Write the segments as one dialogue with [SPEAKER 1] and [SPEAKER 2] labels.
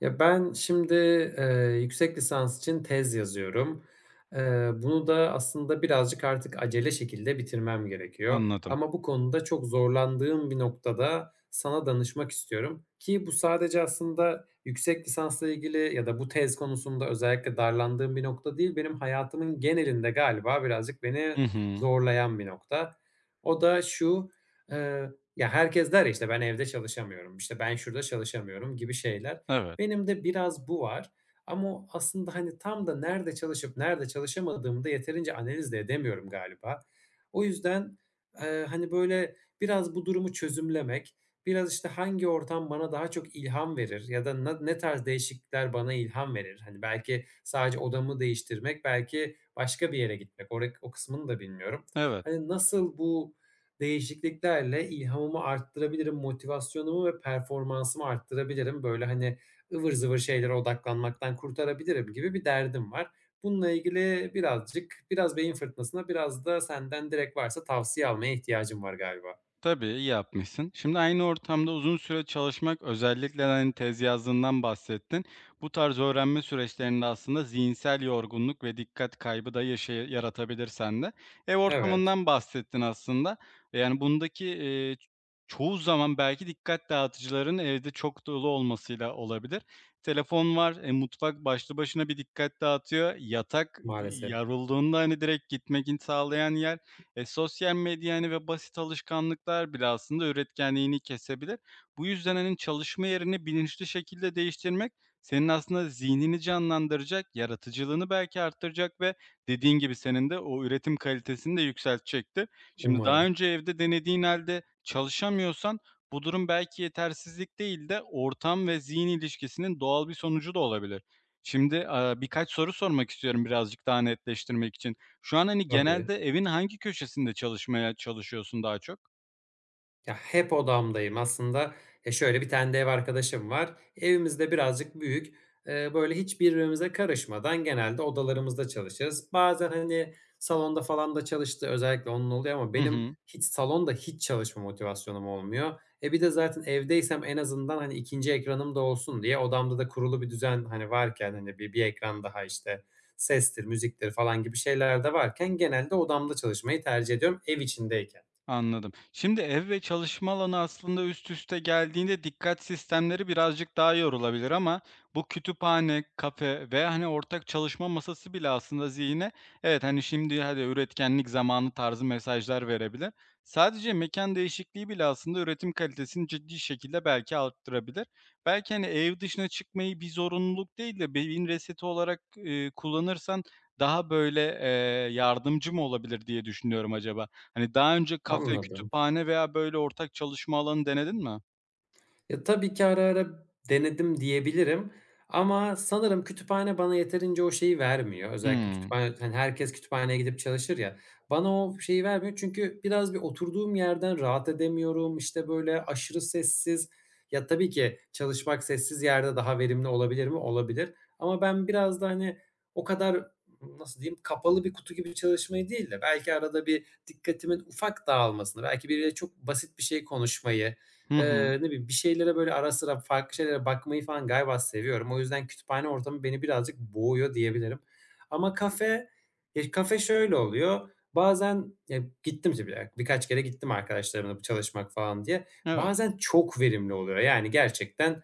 [SPEAKER 1] Ben şimdi, yüksek lisans için tez yazıyorum. Bunu da aslında birazcık artık acele şekilde bitirmem gerekiyor
[SPEAKER 2] Anladım.
[SPEAKER 1] ama bu konuda çok zorlandığım bir noktada sana danışmak istiyorum ki bu sadece aslında yüksek lisansla ilgili ya da bu tez konusunda özellikle darlandığım bir nokta değil, benim hayatımın genelinde galiba birazcık beni
[SPEAKER 2] Hı hı.
[SPEAKER 1] zorlayan bir nokta. O da şu, eee, herkes der ya, işte, "Ben evde çalışamıyorum." işte, "Ben şurada çalışamıyorum." gibi şeyler.
[SPEAKER 2] Evet,
[SPEAKER 1] Benim de biraz bu var ama o aslında, hani, tam da nerede çalışıp nerede çalışamadığımı da yeterince analiz de edemiyorum galiba. O yüzden, hani, böyle, biraz bu durumu çözümlemek, biraz, işte, hangi ortam bana daha çok ilham verir ya da ne tarz değişiklikler bana ilham verir? Hani, belki sadece odamı değiştirmek, belki başka bir yere gitmek. O kısmını da bilmiyorum.
[SPEAKER 2] evet.
[SPEAKER 1] Hani, nasıl bu değişikliklerle ilhamımı arttırabilirim, motivasyonumu ve performansımı arttırabilirim? Böyle, hani, ıvır zıvır şeylere odaklanmaktan kurtarabilirim gibi bir derdim var. Bununla ilgili birazcık, biraz beyin fırtınasına, biraz da senden direkt varsa tavsiye almaya ihtiyacım var galiba.
[SPEAKER 2] Tabii, iyi yapmışsın. Şimdi aynı ortamda uzun süre çalışmak, özellikle, hani, tez yazdığından bahsettin. Bu tarz öğrenme süreçlerinde aslında zihinsel yorgunluk ve dikkat kaybı da yaşa yaratabilir sende. Ev
[SPEAKER 1] Evet,
[SPEAKER 2] ortamından bahsettin aslında. Yani, bundaki, çoğu zaman belki dikkat dağıtıcıların evde çok dolu olmasıyla olabilir. Telefon var, mutfak başlı başına bir dikkat dağıtıyor. Yatak, di
[SPEAKER 1] maalesef.
[SPEAKER 2] yarıldığında, hani, direkt gitmek in sağlayan yer. Sosyal medya, hani, ve basit alışkanlıklar bile aslında üretkenliğini kesebilir. Bu yüzden, hani, çalışma yerini bilinçli şekilde değiştirmek senin aslında zihnini canlandıracak, yaratıcılığını belki arttıracak ve dediğin gibi senin de o üretim kalitesini de yükseltecektir. Şimdi daha
[SPEAKER 1] Umarım.
[SPEAKER 2] önce evde denediğin halde çalışamıyorsan bu durum belki yetersizlik değil de ortam ve zihin ilişkisinin doğal bir sonucu da olabilir. Şimdi, birkaç soru sormak istiyorum birazcık daha netleştirmek için. Şu an, hani,
[SPEAKER 1] Tabii.
[SPEAKER 2] genelde evin hangi köşesinde çalışmaya çalışıyorsun daha çok?
[SPEAKER 1] Ya, hep odamdayım aslında. Ya, şöyle, bir tane de ev arkadaşım var. Evimiz de birazcık büyük. Böyle, hiç birbirimize karışmadan genelde odalarımızda çalışırız. Bazen, hani, salonda falan da çalıştığı özellikle onun oluyor ama
[SPEAKER 2] Hı
[SPEAKER 1] benim
[SPEAKER 2] hı.
[SPEAKER 1] hiç salonda hiç çalışma motivasyonum olmuyor. E, bir de zaten evdeysem en azından, hani, ikinci ekranım da olsun diye odamda da kurulu bir düzen, hani, varken, hani, bir ekran daha, işte, sestir, müziktir falan gibi şeyler de varken genelde odamda çalışmayı tercih ediyorum ev içindeyken.
[SPEAKER 2] Anladım. Şimdi ev ve çalışma alanı aslında üst üste geldiğinde dikkat sistemleri birazcık daha yorulabilir ama bu kütüphane, kafe ve hani ortak çalışma masası bile aslında zihine evet hani şimdi hadi üretkenlik zamanı tarzı mesajlar verebilir. Sadece mekan değişikliği bile aslında üretim kalitesini ciddi şekilde belki arttırabilir. Belki hani ev dışına çıkmayı bir zorunluluk değil de beyin reseti olarak kullanırsan daha böyle yardımcı mı olabilir diye düşünüyorum acaba. Hani, daha önce kafe,
[SPEAKER 1] Anladım.
[SPEAKER 2] kütüphane veya böyle ortak çalışma alanı denedin mi?
[SPEAKER 1] Ya, tabii ki ara ara denedim diyebilirim ama sanırım kütüphane bana yeterince o şeyi vermiyor. Özellikle
[SPEAKER 2] Hımm.
[SPEAKER 1] kütüphane hani, herkes kütüphaneye gidip çalışır ya, bana o şeyi vermiyor çünkü bir oturduğum yerden rahat edemiyorum. İşte, böyle, aşırı sessiz. Ya, tabii ki çalışmak sessiz yerde daha verimli olabilir mi? Olabilir ama ben biraz da, hani, o kadar, nasıl diyeyim, kapalı bir kutu gibi çalışmayı değil de belki arada bir dikkatimin ufak dağılmasını, belki biriyle çok basit bir şey konuşmayı,
[SPEAKER 2] Hı hı.
[SPEAKER 1] Ne bileyim, bir şeylere böyle ara sıra farklı şeylere bakmayı falan galiba seviyorum. O yüzden kütüphane ortamı beni birazcık boğuyor diyebilirim. Ama kafe, ya, kafe şöyle oluyor. Bazen ya, gittim işte birkaç kere gittim arkadaşlarımla çalışmak falan diye.
[SPEAKER 2] Evet.
[SPEAKER 1] Bazen çok verimli oluyor. Yani gerçekten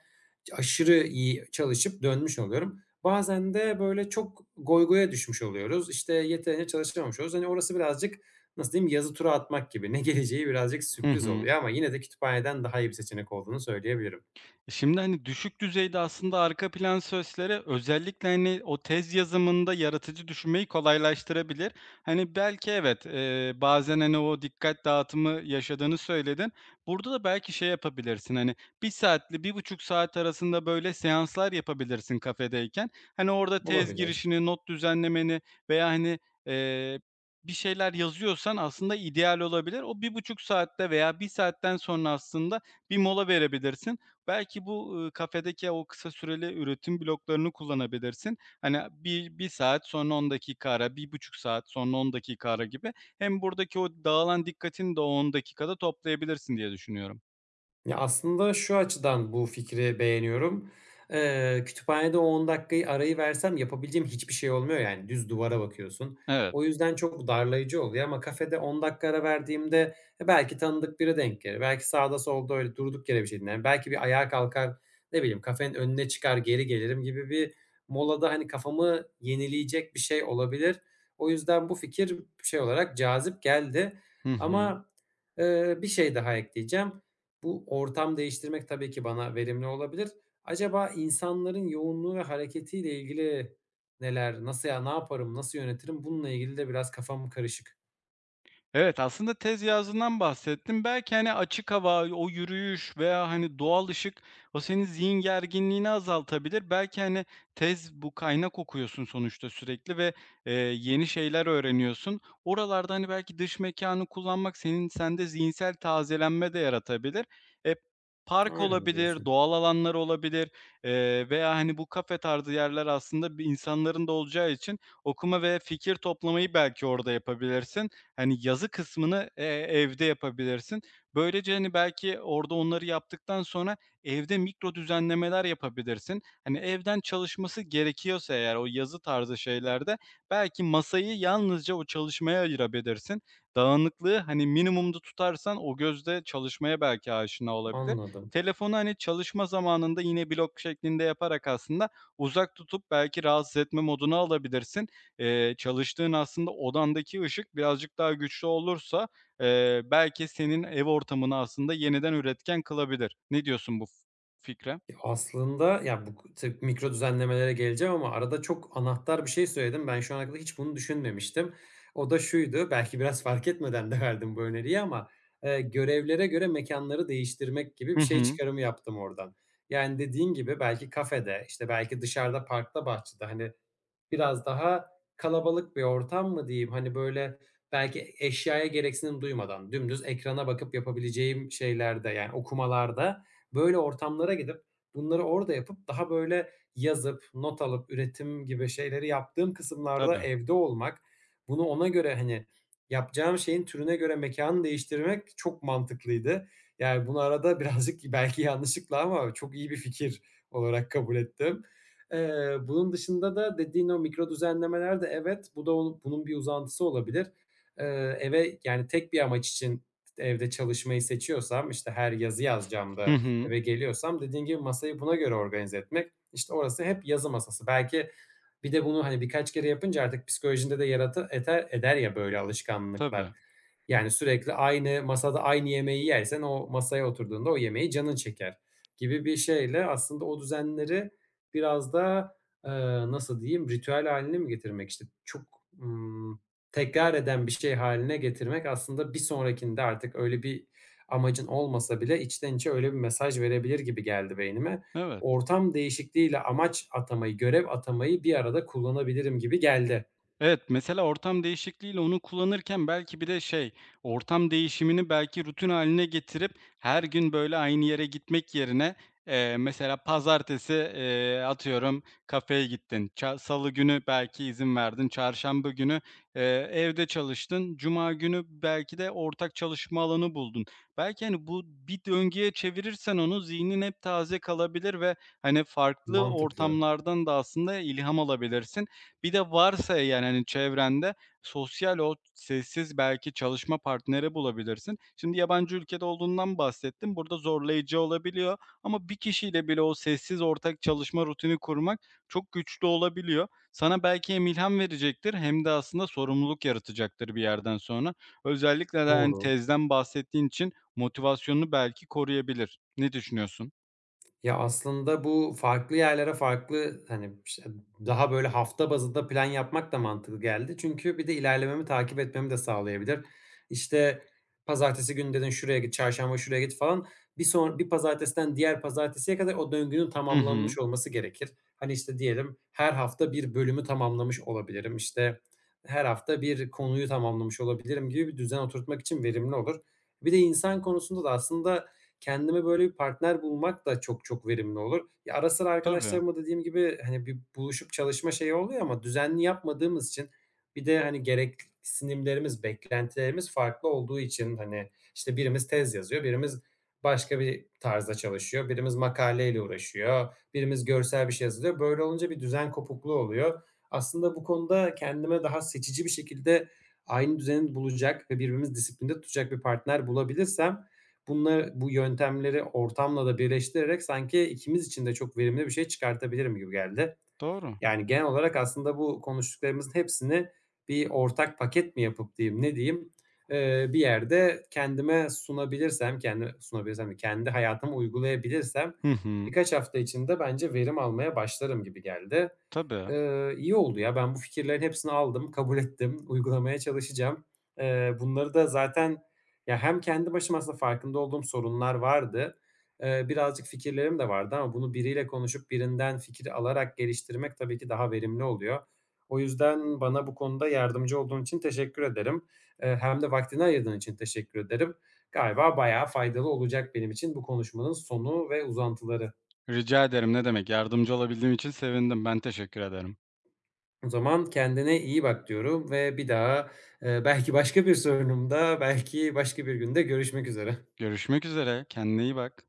[SPEAKER 1] aşırı iyi çalışıp dönmüş oluyorum. Bazen de böyle çok goygoya düşmüş oluyoruz. İşte yeterince çalışamamış oluyoruz. Hani orası birazcık nasıl diyeyim, yazı tura atmak gibi. Ne geleceği birazcık
[SPEAKER 2] Hı
[SPEAKER 1] sürpriz
[SPEAKER 2] hı.
[SPEAKER 1] oluyor ama yine de kütüphaneden daha iyi bir seçenek olduğunu söyleyebilirim.
[SPEAKER 2] Şimdi, hani, düşük düzeyde aslında arka plan sözleri özellikle, hani, o tez yazımında yaratıcı düşünmeyi kolaylaştırabilir. Hani, belki evet, bazen, hani, o dikkat dağıtımı yaşadığını söyledin. Burada da belki şey yapabilirsin, hani, bir saatli bir buçuk saat arasında böyle seanslar yapabilirsin kafedeyken. Hani, orada tez
[SPEAKER 1] Olabilir.
[SPEAKER 2] girişini, not düzenlemeni veya, hani, eee, bir şeyler yazıyorsan aslında ideal olabilir. O bir buçuk saatte veya bir saatten sonra aslında bir mola verebilirsin. Belki bu, kafedeki o kısa süreli üretim bloklarını kullanabilirsin. Hani, bir saat, sonra 10 dakika ara, bir buçuk saat, sonra 10 dakika ara gibi. Hem buradaki o dağılan dikkatini de o 10 dakikada toplayabilirsin diye düşünüyorum.
[SPEAKER 1] Ya, aslında şu açıdan bu fikri beğeniyorum. Kütüphanede o 10 dakikayı arayı versem yapabileceğim hiçbir şey olmuyor yani düz duvara bakıyorsun.
[SPEAKER 2] Evet.
[SPEAKER 1] O yüzden çok darlayıcı oluyor ama kafede 10 dakika ara verdiğimde, e, belki tanıdık biri denk gelir. Belki sağda solda öyle durduk yere bir şey dinlerim. Belki bir ayağa kalkar, ne bileyim, kafenin önüne çıkar geri gelirim gibi bir molada, hani, kafamı yenileyecek bir şey olabilir. O yüzden bu fikir şey olarak cazip geldi
[SPEAKER 2] Hı hı.
[SPEAKER 1] ama, bir şey daha ekleyeceğim. Bu ortam değiştirmek tabii ki bana verimli olabilir. Acaba insanların yoğunluğu ve hareketiyle ilgili neler, nasıl ya, ne yaparım, nasıl yönetirim? Bununla ilgili de biraz kafam karışık.
[SPEAKER 2] Evet, aslında tez yazından bahsettim. Belki, hani, açık hava, o yürüyüş veya, hani, doğal ışık o senin zihin gerginliğini azaltabilir. Belki, hani, tez bu kaynak okuyorsun sonuçta sürekli ve, eee, yeni şeyler öğreniyorsun. Oralarda, hani, belki dış mekânı kullanmak senin sende zihinsel tazelenme de yaratabilir. E, Park
[SPEAKER 1] Öyle mi
[SPEAKER 2] olabilir,
[SPEAKER 1] diyorsun?
[SPEAKER 2] doğal alanlar olabilir, veya, hani, bu kafe tarzı yerler aslında bir insanların da olacağı için okuma ve fikir toplamayı belki orada yapabilirsin. Hani, yazı kısmını, evde yapabilirsin. Böylece, hani, belki orada onları yaptıktan sonra evde mikro düzenlemeler yapabilirsin. Hani, evden çalışması gerekiyorsa eğer o yazı tarzı şeylerde belki masayı yalnızca o çalışmaya ayırabilirsin. Dağınıklığı, hani, minimumda tutarsan o gözde çalışmaya belki aşina olabilir.
[SPEAKER 1] Anladım.
[SPEAKER 2] Telefonu, hani, çalışma zamanında yine blok şeklinde yaparak aslında uzak tutup belki rahatsız etme moduna alabilirsin. Çalıştığın aslında odandaki ışık birazcık daha güçlü olursa, belki senin ev ortamını aslında yeniden üretken kılabilir. Ne diyorsun bu fikre?
[SPEAKER 1] Ya, aslında, ya, bu tabii mikro düzenlemelere geleceğim ama arada çok anahtar bir şey söyledim. Ben şu ana kadar hiç bunu düşünmemiştim. O da şuydu, belki biraz fark etmeden de verdim bu öneriyi ama, görevlere göre mekanları değiştirmek gibi
[SPEAKER 2] Hı
[SPEAKER 1] bir şey
[SPEAKER 2] hı.
[SPEAKER 1] çıkarımı yaptım oradan. Yani, dediğin gibi belki kafede, işte, belki dışarıda, parkta, bahçede, hani, biraz daha kalabalık bir ortam mı diyeyim? Hani, böyle, belki eşyaya gereksinim duymadan dümdüz ekrana bakıp yapabileceğim şeylerde, yani, okumalarda böyle ortamlara gidip bunları orada yapıp daha, böyle, yazıp, not alıp, üretim gibi şeyleri yaptığım kısımlarda
[SPEAKER 2] Tabii.
[SPEAKER 1] evde olmak, bunu ona göre, hani, yapacağım şeyin türüne göre mekanı değiştirmek çok mantıklıydı. Yani, bunu arada birazcık belki yanlışlıkla ama çok iyi bir fikir olarak kabul ettim. Bunun dışında da dediğin o mikro düzenlemeler de evet, bu da onun bunun bir uzantısı olabilir. Eve yani tek bir amaç için evde çalışmayı seçiyorsam, işte, her yazı yazacağım
[SPEAKER 2] Hı
[SPEAKER 1] da
[SPEAKER 2] hı.
[SPEAKER 1] eve geliyorsam dediğin gibi masayı buna göre organize etmek. İşte, orası hep yazı masası. Belki bir de bunu, hani, birkaç kere yapınca artık psikolojinde de yer eder ya böyle alışkanlıklar.
[SPEAKER 2] Tabii.
[SPEAKER 1] Yani sürekli aynı masada aynı yemeği yersen o masaya oturduğunda o yemeği canın çeker gibi bir şeyle aslında o düzenleri biraz da, eee, nasıl diyeyim, ritüel haline mi getirmek, işte, çok, ımm, tekrar eden bir şey hâline getirmek aslında bir sonrakinde artık öyle bir amacın olmasa bile içten içe öyle bir mesaj verebilir gibi geldi beynime.
[SPEAKER 2] Evet.
[SPEAKER 1] Ortam değişikliğiyle amaç atamayı, görev atamayı bir arada kullanabilirim gibi geldi.
[SPEAKER 2] Evet, mesela ortam değişikliğiyle onu kullanırken belki bir de şey, ortam değişimini belki rutin haline getirip her gün böyle aynı yere gitmek yerine, mesela pazartesi, atıyorum kafeye gittin, ça salı günü belki izin verdin, çarşamba günü, eee, evde çalıştın, cuma günü belki de ortak çalışma alanı buldun. Belki, hani, bu bir döngüye çevirirsen onu zihnin hep taze kalabilir ve, hani, farklı
[SPEAKER 1] Mantıklı,
[SPEAKER 2] ortamlardan da aslında ilham alabilirsin. Bir de varsa yani, hani, çevrende sosyal ol, sessiz belki çalışma partneri bulabilirsin. Şimdi yabancı ülkede olduğundan bahsettim, burada zorlayıcı olabiliyor ama bir kişiyle bile o sessiz ortak çalışma rutini kurmak çok güçlü olabiliyor. Sana belki hem ilham verecektir hem de aslında sorumluluk yaratacaktır bir yerden sonra. Özellikle de, hani,
[SPEAKER 1] doğru.
[SPEAKER 2] tezden bahsettiğin için motivasyonunu belki koruyabilir. Ne düşünüyorsun?
[SPEAKER 1] Ya, aslında bu farklı yerlere farklı, hani, işte, daha böyle hafta bazında plan yapmak da mantıklı geldi. Çünkü bir de ilerlememi takip etmemi de sağlayabilir. İşte, pazartesi günü dedin, "Şuraya git, çarşamba şuraya git." falan. Bir pazartesiden diğer pazartesiye kadar o döngünün
[SPEAKER 2] Hı hı.
[SPEAKER 1] tamamlanmış olması gerekir. Hani, işte, diyelim her hafta bir bölümü tamamlamış olabilirim. İşte, her hafta bir konuyu tamamlamış olabilirim gibi bir düzen oturtmak için verimli olur. Bir de insan konusunda da aslında kendime böyle bir partner bulmak da çok verimli olur. Ya, ara sıra
[SPEAKER 2] Tabii.
[SPEAKER 1] arkadaşlarımla dediğim gibi, hani, bir buluşup çalışma şeyi oluyor ama düzenli yapmadığımız için bir de, hani, gereksinimlerimiz, beklentilerimiz farklı olduğu için, hani, işte, birimiz tez yazıyor, birimiz başka bir tarzda çalışıyor, birimiz makaleyle uğraşıyor, birimiz görsel bir şey hazırlıyor. Böyle olunca bir düzen kopukluğu oluyor. Aslında bu konuda kendime daha seçici bir şekilde aynı düzeni bulacak ve birbirimizi disiplinde tutacak bir partner bulabilirsem, bunları bu yöntemleri ortamla da birleştirerek sanki ikimiz için de çok verimli bir şey çıkartabilirim gibi geldi.
[SPEAKER 2] Doğru.
[SPEAKER 1] Yani, genel olarak aslında bu konuştuklarımızın hepsini bir ortak paket mi yapıp diyeyim, ne diyeyim, bir yerde kendime sunabilirsem, kendi hayatıma uygulayabilirsem
[SPEAKER 2] Hı hı.
[SPEAKER 1] birkaç hafta içinde bence verim almaya başlarım gibi geldi.
[SPEAKER 2] Tabii.
[SPEAKER 1] İyi oldu ya. Ben bu fikirlerin hepsini aldım, kabul ettim, uygulamaya çalışacağım. Bunları da zaten ya hem kendi başıma aslında farkında olduğum sorunlar vardı. Birazcık fikirlerim de vardı ama bunu biriyle konuşup birinden fikir alarak geliştirmek tabii ki daha verimli oluyor. O yüzden bana bu konuda yardımcı olduğun için teşekkür ederim. Hem de vaktini ayırdığın için teşekkür ederim. Galiba bayağı faydalı olacak benim için bu konuşmanın sonu ve uzantıları.
[SPEAKER 2] Rica ederim, ne demek. Yardımcı olabildiğim için sevindim. Ben teşekkür ederim.
[SPEAKER 1] O zaman kendine iyi bak diyorum ve bir daha, belki başka bir sorunumda, belki başka bir günde görüşmek üzere.
[SPEAKER 2] Görüşmek üzere, kendine iyi bak.